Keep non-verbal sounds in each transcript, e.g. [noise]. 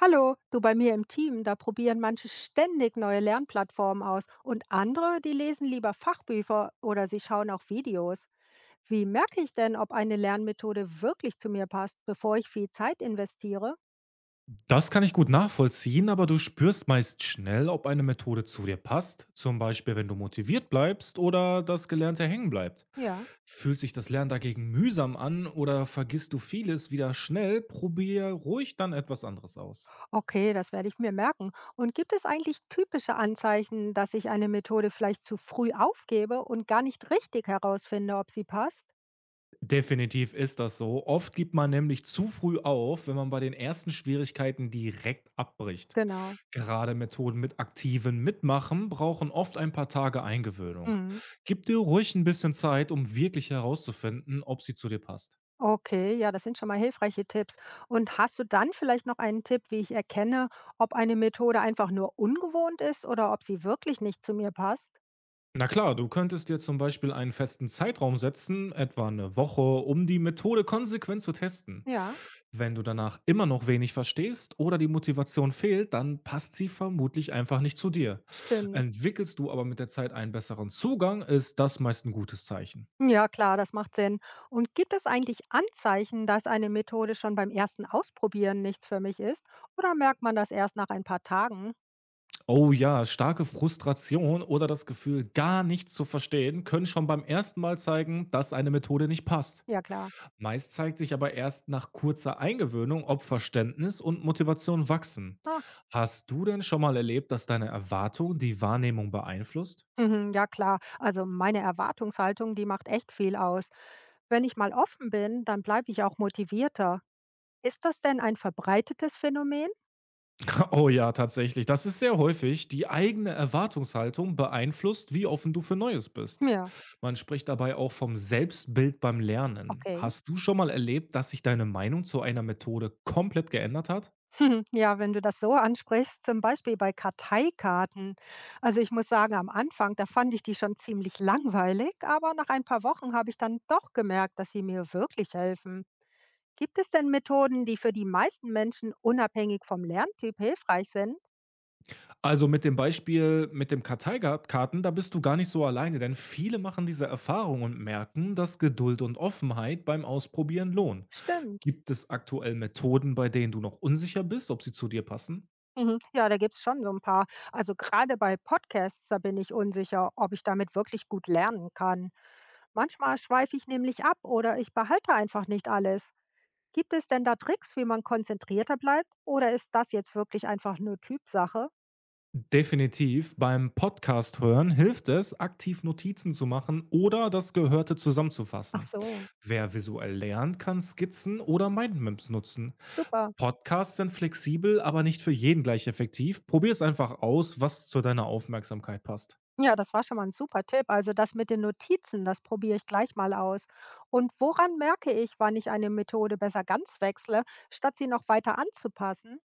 Hallo, du bei mir im Team, da probieren manche ständig neue Lernplattformen aus und andere, die lesen lieber Fachbücher oder sie schauen auch Videos. Wie merke ich denn, ob eine Lernmethode wirklich zu mir passt, bevor ich viel Zeit investiere? Das kann ich gut nachvollziehen, aber du spürst meist schnell, ob eine Methode zu dir passt, zum Beispiel wenn du motiviert bleibst oder das Gelernte hängen bleibt. Ja, Fühlt sich das Lernen dagegen mühsam an oder vergisst du vieles wieder schnell, probier ruhig dann etwas anderes aus. okay, das werde ich mir merken. Und gibt es eigentlich typische Anzeichen, dass ich eine Methode vielleicht zu früh aufgebe und gar nicht richtig herausfinde, ob sie passt? Definitiv ist das so. Oft gibt man nämlich zu früh auf, wenn man bei den ersten Schwierigkeiten direkt abbricht. Genau. Gerade Methoden mit aktiven Mitmachen brauchen oft ein paar Tage Eingewöhnung. Mhm. Gib dir ruhig ein bisschen Zeit, um wirklich herauszufinden, ob sie zu dir passt. Okay, ja, das sind schon mal hilfreiche Tipps. Und hast du dann vielleicht noch einen Tipp, wie ich erkenne, ob eine Methode einfach nur ungewohnt ist oder ob sie wirklich nicht zu mir passt? Na klar, du könntest dir zum Beispiel einen festen Zeitraum setzen, etwa eine Woche, um die Methode konsequent zu testen. Ja, Wenn du danach immer noch wenig verstehst oder die Motivation fehlt, dann passt sie vermutlich einfach nicht zu dir. stimmt. Entwickelst du aber mit der Zeit einen besseren Zugang, ist das meist ein gutes Zeichen. Ja, klar, das macht Sinn. Und gibt es eigentlich Anzeichen, dass eine Methode schon beim ersten Ausprobieren nichts für mich ist? Oder merkt man das erst nach ein paar Tagen? Oh ja, starke Frustration oder das Gefühl, gar nichts zu verstehen, können schon beim ersten Mal zeigen, dass eine Methode nicht passt. Ja, klar. Meist zeigt sich aber erst nach kurzer Eingewöhnung, ob Verständnis und Motivation wachsen. Ach, Hast du denn schon mal erlebt, dass deine Erwartung die Wahrnehmung beeinflusst? mhm, ja, klar. Also meine Erwartungshaltung, die macht echt viel aus. Wenn ich mal offen bin, dann bleibe ich auch motivierter. Ist das denn ein verbreitetes Phänomen? [laughs] Oh ja, tatsächlich. Das ist sehr häufig. Die eigene Erwartungshaltung beeinflusst, wie offen du für Neues bist. Ja. Man spricht dabei auch vom Selbstbild beim Lernen. Okay. [laughs] Hast du schon mal erlebt, dass sich deine Meinung zu einer Methode komplett geändert hat? Hm, ja, wenn du das so ansprichst, zum Beispiel bei Karteikarten. Also ich muss sagen, am Anfang, da fand ich die schon ziemlich langweilig, aber nach ein paar Wochen habe ich dann doch gemerkt, dass sie mir wirklich helfen. Gibt es denn Methoden, die für die meisten Menschen unabhängig vom Lerntyp hilfreich sind? Also mit dem Beispiel mit dem Karteikarten, da bist du gar nicht so alleine, denn viele machen diese Erfahrung und merken, dass Geduld und Offenheit beim Ausprobieren lohnen. Stimmt. Gibt es aktuell Methoden, bei denen du noch unsicher bist, ob sie zu dir passen? Mhm. Ja, da gibt's schon so ein paar. Also, gerade bei Podcasts, da bin ich unsicher, ob ich damit wirklich gut lernen kann. Manchmal schweife ich nämlich ab oder ich behalte einfach nicht alles. Gibt es denn da Tricks, wie man konzentrierter bleibt oder ist das jetzt wirklich einfach nur Typsache? Definitiv. Beim Podcast hören hilft es, aktiv Notizen zu machen oder das Gehörte Ach zusammenzufassen. so, Wer visuell lernt, kann Skizzen oder Mindmaps nutzen. super. Podcasts sind flexibel, aber nicht für jeden gleich effektiv. Probier es einfach aus, was zu deiner Aufmerksamkeit passt. Ja, das war schon mal ein super Tipp. Also, das mit den Notizen, das probiere ich gleich mal aus. Und woran merke ich, wann ich eine Methode besser ganz wechsle, statt sie noch weiter anzupassen?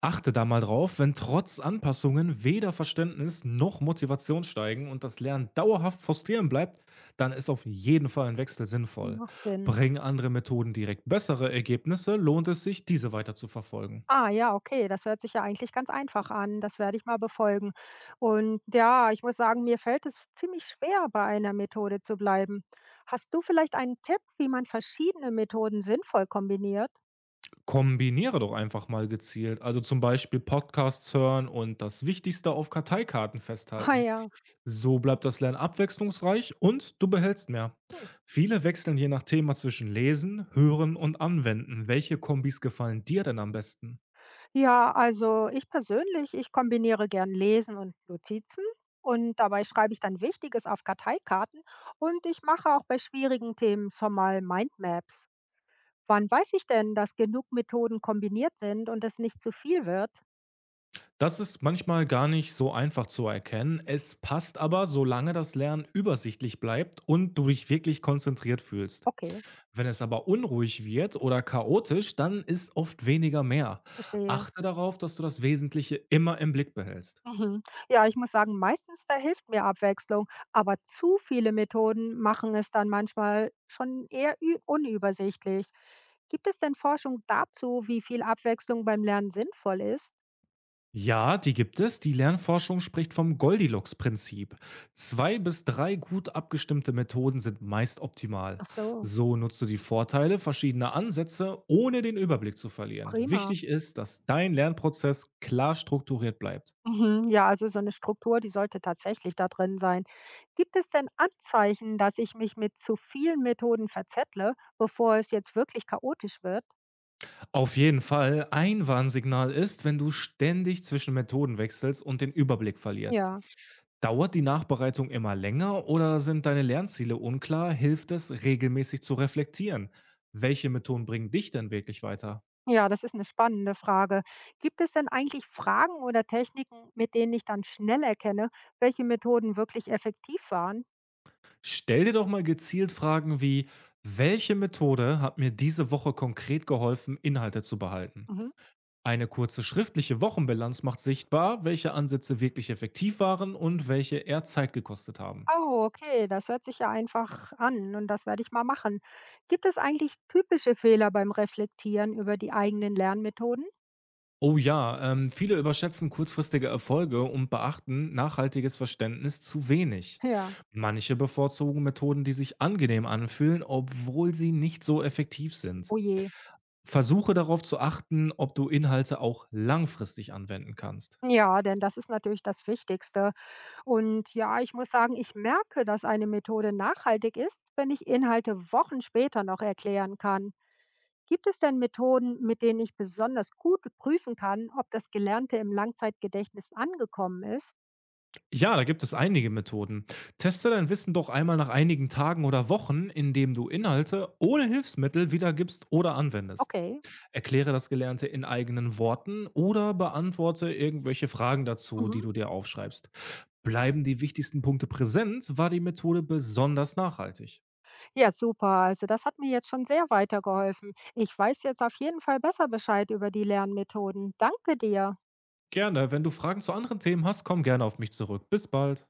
Achte da mal drauf, wenn trotz Anpassungen weder Verständnis noch Motivation steigen und das Lernen dauerhaft frustrierend bleibt, dann ist auf jeden Fall ein Wechsel sinnvoll. Macht Sinn. Bringen andere Methoden direkt bessere Ergebnisse, lohnt es sich, diese weiter zu verfolgen. Ah ja, okay, das hört sich ja eigentlich ganz einfach an. Das werde ich mal befolgen. Und ja, ich muss sagen, mir fällt es ziemlich schwer, bei einer Methode zu bleiben. Hast du vielleicht einen Tipp, wie man verschiedene Methoden sinnvoll kombiniert? Kombiniere doch einfach mal gezielt, also zum Beispiel Podcasts hören und das Wichtigste auf Karteikarten [laughs] Ah festhalten. ja. So bleibt das Lernen abwechslungsreich und du behältst mehr. Hm. Viele wechseln je nach Thema zwischen Lesen, Hören und Anwenden. Welche Kombis gefallen dir denn am besten? Ja, also ich persönlich, ich kombiniere gern Lesen und Notizen und dabei schreibe ich dann Wichtiges auf Karteikarten und ich mache auch bei schwierigen Themen schon mal Mindmaps. Wann weiß ich denn, dass genug Methoden kombiniert sind und es nicht zu viel wird? Das ist manchmal gar nicht so einfach zu erkennen. Es passt aber, solange das Lernen übersichtlich bleibt und du dich wirklich konzentriert fühlst. Okay, Wenn es aber unruhig wird oder chaotisch, dann ist oft weniger mehr. verstehe. Achte darauf, dass du das Wesentliche immer im Blick behältst. Mhm. Ja, ich muss sagen, meistens da hilft mir Abwechslung, aber zu viele Methoden machen es dann manchmal schon eher unübersichtlich. Gibt es denn Forschung dazu, wie viel Abwechslung beim Lernen sinnvoll ist? Ja, die gibt es. Die Lernforschung spricht vom Goldilocks-Prinzip. Zwei bis drei gut abgestimmte Methoden sind meist optimal. Ach so, So nutzt du die Vorteile verschiedener Ansätze, ohne den Überblick zu verlieren. prima. Wichtig ist, dass dein Lernprozess klar strukturiert bleibt. Mhm. Ja, also so eine Struktur, die sollte tatsächlich da drin sein. Gibt es denn Anzeichen, dass ich mich mit zu vielen Methoden verzettle, bevor es jetzt wirklich chaotisch wird? Auf jeden Fall. Ein Warnsignal ist, wenn du ständig zwischen Methoden wechselst und den Überblick verlierst. Ja. Dauert die Nachbereitung immer länger oder sind deine Lernziele unklar, hilft es, regelmäßig zu reflektieren. Welche Methoden bringen dich denn wirklich weiter? Ja, das ist eine spannende Frage. Gibt es denn eigentlich Fragen oder Techniken, mit denen ich dann schnell erkenne, welche Methoden wirklich effektiv waren? Stell dir doch mal gezielt Fragen wie, welche Methode hat mir diese Woche konkret geholfen, Inhalte zu behalten? Mhm. Eine kurze schriftliche Wochenbilanz macht sichtbar, welche Ansätze wirklich effektiv waren und welche eher Zeit gekostet haben. Oh, okay, das hört sich ja einfach an und das werde ich mal machen. Gibt es eigentlich typische Fehler beim Reflektieren über die eigenen Lernmethoden? Oh ja, viele überschätzen kurzfristige Erfolge und beachten nachhaltiges Verständnis zu wenig. Ja. Manche bevorzugen Methoden, die sich angenehm anfühlen, obwohl sie nicht so effektiv sind. Oh je. Versuche darauf zu achten, ob du Inhalte auch langfristig anwenden kannst. Ja, denn das ist natürlich das Wichtigste. Und ja, ich muss sagen, ich merke, dass eine Methode nachhaltig ist, wenn ich Inhalte Wochen später noch erklären kann. Gibt es denn Methoden, mit denen ich besonders gut prüfen kann, ob das Gelernte im Langzeitgedächtnis angekommen ist? Ja, da gibt es einige Methoden. Teste dein Wissen doch einmal nach einigen Tagen oder Wochen, indem du Inhalte ohne Hilfsmittel wiedergibst oder anwendest. Okay. Erkläre das Gelernte in eigenen Worten oder beantworte irgendwelche Fragen dazu, die Mhm. du dir aufschreibst. Bleiben die wichtigsten Punkte präsent, war die Methode besonders nachhaltig. Ja, super. Also das hat mir jetzt schon sehr weitergeholfen. Ich weiß jetzt auf jeden Fall besser Bescheid über die Lernmethoden. Danke dir. Gerne, wenn du Fragen zu anderen Themen hast, komm gerne auf mich zurück. Bis bald.